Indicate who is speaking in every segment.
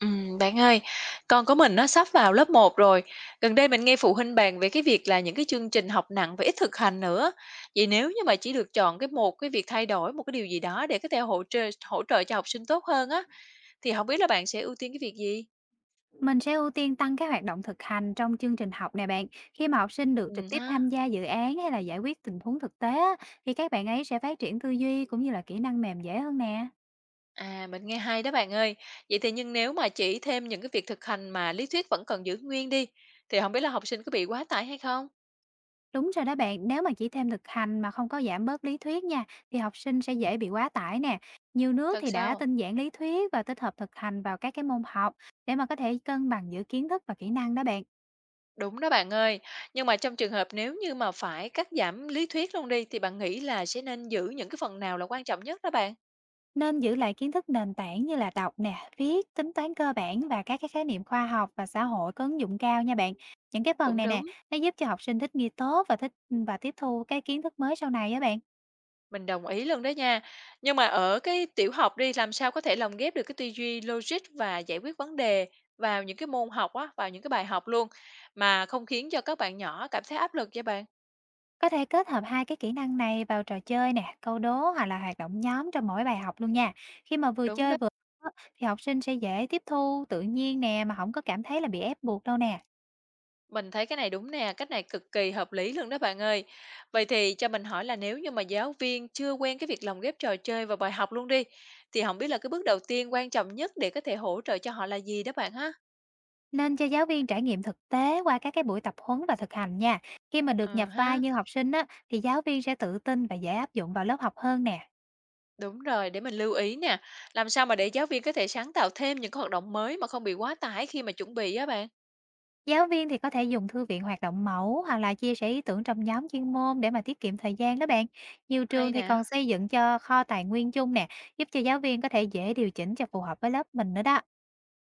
Speaker 1: Bạn ơi, con của mình nó sắp vào lớp một rồi. Gần đây mình nghe phụ huynh bàn về cái việc là những cái chương trình học nặng và ít thực hành nữa. Vậy nếu như mà chỉ được chọn một cái việc thay đổi một cái điều gì đó để có thể hỗ trợ cho học sinh tốt hơn á thì không biết là bạn sẽ ưu tiên cái việc gì?
Speaker 2: Mình sẽ ưu tiên tăng các hoạt động thực hành trong chương trình học nè bạn. Khi mà học sinh được trực tiếp
Speaker 1: Ha.
Speaker 2: tham gia dự án hay là giải quyết tình huống thực tế á, thì các bạn ấy sẽ phát triển tư duy cũng như là kỹ năng mềm dễ hơn nè.
Speaker 1: À mình nghe hay đó bạn ơi. Vậy thì nhưng nếu mà chỉ thêm những cái việc thực hành mà lý thuyết vẫn còn giữ nguyên đi thì không biết là học sinh có bị quá tải hay không?
Speaker 2: Đúng rồi đó bạn, nếu mà chỉ thêm thực hành mà không có giảm bớt lý thuyết nha, thì học sinh sẽ dễ bị quá tải nè. Nhiều nước
Speaker 1: Thật
Speaker 2: thì đã
Speaker 1: sao?
Speaker 2: tinh giản lý thuyết và tích hợp thực hành vào các cái môn học để mà có thể cân bằng giữa kiến thức và kỹ năng đó bạn.
Speaker 1: Đúng đó bạn ơi, nhưng mà trong trường hợp nếu như mà phải cắt giảm lý thuyết luôn đi thì bạn nghĩ là sẽ nên giữ những cái phần nào là quan trọng nhất đó bạn?
Speaker 2: Nên giữ lại kiến thức nền tảng như là đọc nè, viết, tính toán cơ bản và các cái khái niệm khoa học và xã hội có ứng dụng cao nha bạn. Những cái phần
Speaker 1: Cũng
Speaker 2: này nè,
Speaker 1: đúng.
Speaker 2: nó giúp cho học sinh thích nghi tốt và thích và tiếp thu cái kiến thức mới sau này á bạn.
Speaker 1: Mình đồng ý luôn đó nha. Nhưng mà ở cái tiểu học đi làm sao có thể lồng ghép được cái tư duy logic và giải quyết vấn đề vào những cái môn học á, vào những cái bài học luôn mà không khiến cho các bạn nhỏ cảm thấy áp lực vậy bạn?
Speaker 2: Có thể kết hợp hai cái kỹ năng này vào trò chơi nè, câu đố hoặc là hoạt động nhóm trong mỗi bài học luôn nha. Khi mà vừa
Speaker 1: Đúng đó.
Speaker 2: chơi vừa học á, thì học sinh sẽ dễ tiếp thu tự nhiên nè mà không có cảm thấy là bị ép buộc đâu nè.
Speaker 1: Mình thấy cái này đúng nè, cách này cực kỳ hợp lý luôn đó bạn ơi. Vậy thì cho mình hỏi là nếu như mà giáo viên chưa quen cái việc lồng ghép trò chơi vào bài học luôn đi, thì không biết là cái bước đầu tiên quan trọng nhất để có thể hỗ trợ cho họ là gì đó bạn ha?
Speaker 2: Nên cho giáo viên trải nghiệm thực tế qua các cái buổi tập huấn và thực hành nha. Khi mà được
Speaker 1: Ừ
Speaker 2: nhập vai
Speaker 1: ha,
Speaker 2: như học sinh á, thì giáo viên sẽ tự tin và dễ áp dụng vào lớp học hơn nè.
Speaker 1: đúng rồi, để mình lưu ý nè. Làm sao mà để giáo viên có thể sáng tạo thêm những cái hoạt động mới mà không bị quá tải khi mà chuẩn bị á bạn?
Speaker 2: Giáo viên thì có thể dùng thư viện hoạt động mẫu hoặc là chia sẻ ý tưởng trong nhóm chuyên môn để mà tiết kiệm thời gian đó bạn. Nhiều
Speaker 1: Hay
Speaker 2: trường thì
Speaker 1: nè.
Speaker 2: còn xây dựng cho kho tài nguyên chung nè, giúp cho giáo viên có thể dễ điều chỉnh cho phù hợp với lớp mình nữa đó.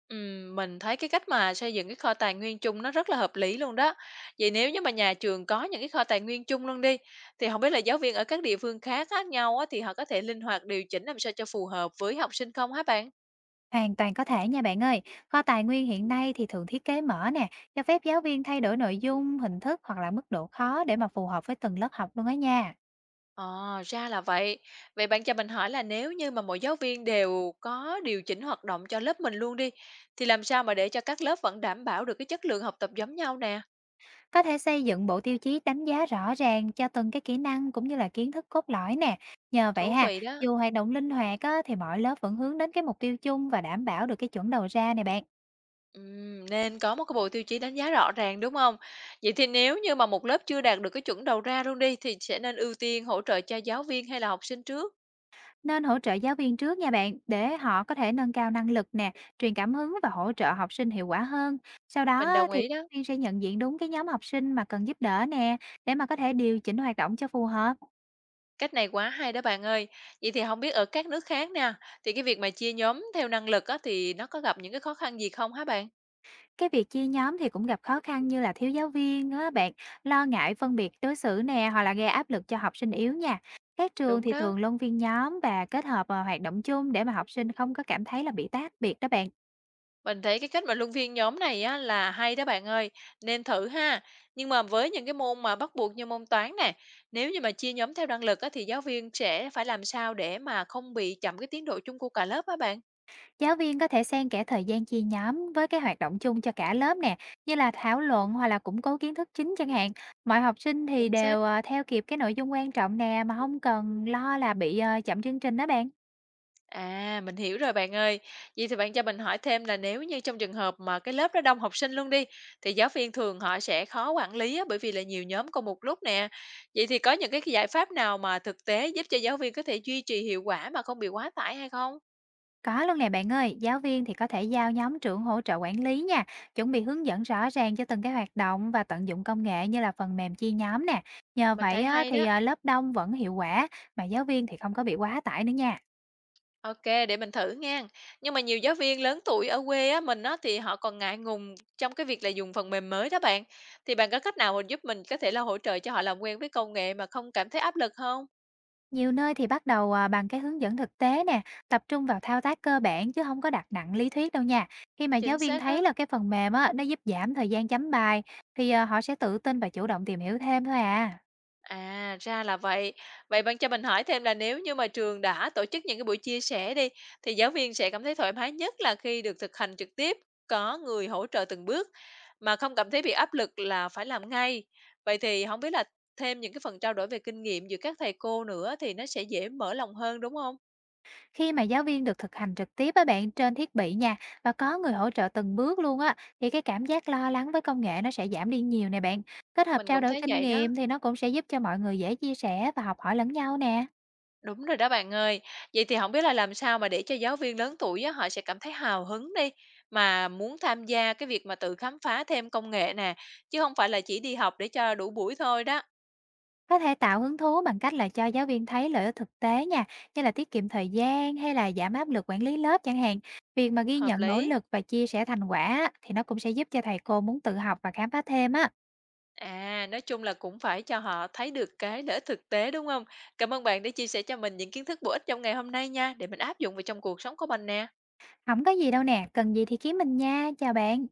Speaker 1: Mình thấy cái cách mà xây dựng cái kho tài nguyên chung nó rất là hợp lý luôn đó. Vậy nếu như mà nhà trường có những cái kho tài nguyên chung luôn đi, thì không biết là giáo viên ở các địa phương khác khác nhau á, thì họ có thể linh hoạt điều chỉnh làm sao cho phù hợp với học sinh không hả bạn?
Speaker 2: Hoàn toàn có thể nha bạn ơi. Kho tài nguyên hiện nay thì thường thiết kế mở nè, cho phép giáo viên thay đổi nội dung, hình thức hoặc là mức độ khó để mà phù hợp với từng lớp học luôn á nha.
Speaker 1: Ờ, ra là vậy. Vậy bạn cho mình hỏi là nếu như mà mỗi giáo viên đều có điều chỉnh hoạt động cho lớp mình luôn đi, thì làm sao mà để cho các lớp vẫn đảm bảo được cái chất lượng học tập giống nhau nè?
Speaker 2: Có thể xây dựng bộ tiêu chí đánh giá rõ ràng cho từng cái kỹ năng cũng như là kiến thức cốt lõi nè. Nhờ vậy
Speaker 1: Thú
Speaker 2: ha,
Speaker 1: vị đó.
Speaker 2: dù hoạt động linh hoạt á, thì mọi lớp vẫn hướng đến cái mục tiêu chung và đảm bảo được cái chuẩn đầu ra nè bạn.
Speaker 1: Nên có một cái bộ tiêu chí đánh giá rõ ràng, đúng không? Vậy thì nếu như mà một lớp chưa đạt được cái chuẩn đầu ra luôn đi, thì sẽ nên ưu tiên hỗ trợ cho giáo viên hay là học sinh trước?
Speaker 2: Nên hỗ trợ giáo viên trước nha bạn, để họ có thể nâng cao năng lực nè, truyền cảm hứng và hỗ trợ học sinh hiệu quả hơn. Sau đó
Speaker 1: Mình
Speaker 2: á,
Speaker 1: đồng
Speaker 2: thì
Speaker 1: ý đó,
Speaker 2: giáo viên sẽ nhận diện đúng cái nhóm học sinh mà cần giúp đỡ nè, để mà có thể điều chỉnh hoạt động cho phù hợp.
Speaker 1: cách này quá hay đó bạn ơi. Vậy thì không biết ở các nước khác nè, thì cái việc mà chia nhóm theo năng lực á, thì nó có gặp những cái khó khăn gì không hả bạn?
Speaker 2: Cái việc chia nhóm thì cũng gặp khó khăn như là thiếu giáo viên á bạn, lo ngại phân biệt đối xử nè, hoặc là gây áp lực cho học sinh yếu nha. Các trường
Speaker 1: Đúng
Speaker 2: thì
Speaker 1: đó.
Speaker 2: thường luân phiên nhóm và kết hợp vào hoạt động chung để mà học sinh không có cảm thấy là bị tách biệt đó bạn.
Speaker 1: Mình thấy cái cách mà luân phiên nhóm này á là hay đó bạn ơi, nên thử ha. Nhưng mà với những cái môn mà bắt buộc như môn toán nè, nếu như mà chia nhóm theo năng lực á thì giáo viên sẽ phải làm sao để mà không bị chậm cái tiến độ chung của cả lớp á bạn?
Speaker 2: Giáo viên có thể xen kẽ thời gian chia nhóm với cái hoạt động chung cho cả lớp nè, như là thảo luận hoặc là củng cố kiến thức chính chẳng hạn. Mọi học sinh thì
Speaker 1: Chính xác.
Speaker 2: đều theo kịp cái nội dung quan trọng nè mà không cần lo là bị chậm chương trình đó bạn.
Speaker 1: À, mình hiểu rồi bạn ơi. Vậy thì bạn cho mình hỏi thêm là nếu như trong trường hợp mà cái lớp đó đông học sinh luôn đi, thì giáo viên thường họ sẽ khó quản lý á, bởi vì là nhiều nhóm cùng một lúc nè. Vậy thì có những cái giải pháp nào mà thực tế giúp cho giáo viên có thể duy trì hiệu quả mà không bị quá tải hay không?
Speaker 2: Có luôn nè bạn ơi, giáo viên thì có thể giao nhóm trưởng hỗ trợ quản lý nha, chuẩn bị hướng dẫn rõ ràng cho từng cái hoạt động và tận dụng công nghệ như là phần mềm chia nhóm nè. Nhờ
Speaker 1: Mình
Speaker 2: vậy
Speaker 1: thấy
Speaker 2: á,
Speaker 1: hay
Speaker 2: thì
Speaker 1: đó.
Speaker 2: à, lớp đông vẫn hiệu quả mà giáo viên thì không có bị quá tải nữa nha.
Speaker 1: OK, để mình thử nghen. Nhưng mà nhiều giáo viên lớn tuổi ở quê á, mình á, thì họ còn ngại ngùng trong cái việc là dùng phần mềm mới đó bạn. Thì bạn có cách nào mà giúp mình có thể là hỗ trợ cho họ làm quen với công nghệ mà không cảm thấy áp lực không?
Speaker 2: Nhiều nơi thì bắt đầu bằng cái hướng dẫn thực tế nè, tập trung vào thao tác cơ bản chứ không có đặt nặng lý thuyết đâu nha. Khi mà
Speaker 1: Chính
Speaker 2: giáo viên
Speaker 1: xác
Speaker 2: thấy
Speaker 1: đó.
Speaker 2: là cái phần mềm á, nó giúp giảm thời gian chấm bài thì họ sẽ tự tin và chủ động tìm hiểu thêm thôi.
Speaker 1: À, ra là vậy. Vậy bạn cho mình hỏi thêm là nếu như mà trường đã tổ chức những cái buổi chia sẻ đi, thì giáo viên sẽ cảm thấy thoải mái nhất là khi được thực hành trực tiếp, có người hỗ trợ từng bước mà không cảm thấy bị áp lực là phải làm ngay. Vậy thì không biết là thêm những cái phần trao đổi về kinh nghiệm giữa các thầy cô nữa thì nó sẽ dễ mở lòng hơn đúng không?
Speaker 2: Khi mà giáo viên được thực hành trực tiếp với bạn trên thiết bị nha và có người hỗ trợ từng bước luôn á, thì cái cảm giác lo lắng với công nghệ nó sẽ giảm đi nhiều nè bạn. Kết hợp
Speaker 1: Mình
Speaker 2: trao
Speaker 1: cũng
Speaker 2: đổi
Speaker 1: thấy
Speaker 2: kinh
Speaker 1: vậy đó.
Speaker 2: nghiệm thì nó cũng sẽ giúp cho mọi người dễ chia sẻ và học hỏi lẫn nhau nè.
Speaker 1: Đúng rồi đó bạn ơi. Vậy thì không biết là làm sao mà để cho giáo viên lớn tuổi á, họ sẽ cảm thấy hào hứng đi, mà muốn tham gia cái việc mà tự khám phá thêm công nghệ nè, chứ không phải là chỉ đi học để cho đủ buổi thôi đó.
Speaker 2: Có thể tạo hứng thú bằng cách là cho giáo viên thấy lợi ích thực tế nha, như là tiết kiệm thời gian hay là giảm áp lực quản lý lớp chẳng hạn. Việc mà ghi
Speaker 1: Hợp
Speaker 2: nhận nỗ
Speaker 1: lý.
Speaker 2: lực và chia sẻ thành quả á, thì nó cũng sẽ giúp cho thầy cô muốn tự học và khám phá thêm á.
Speaker 1: À, nói chung là cũng phải cho họ thấy được cái lợi ích thực tế, đúng không? Cảm ơn bạn đã chia sẻ cho mình những kiến thức bổ ích trong ngày hôm nay nha, để mình áp dụng vào trong cuộc sống của mình nè.
Speaker 2: Không có gì đâu nè, cần gì thì kiếm mình nha. Chào bạn.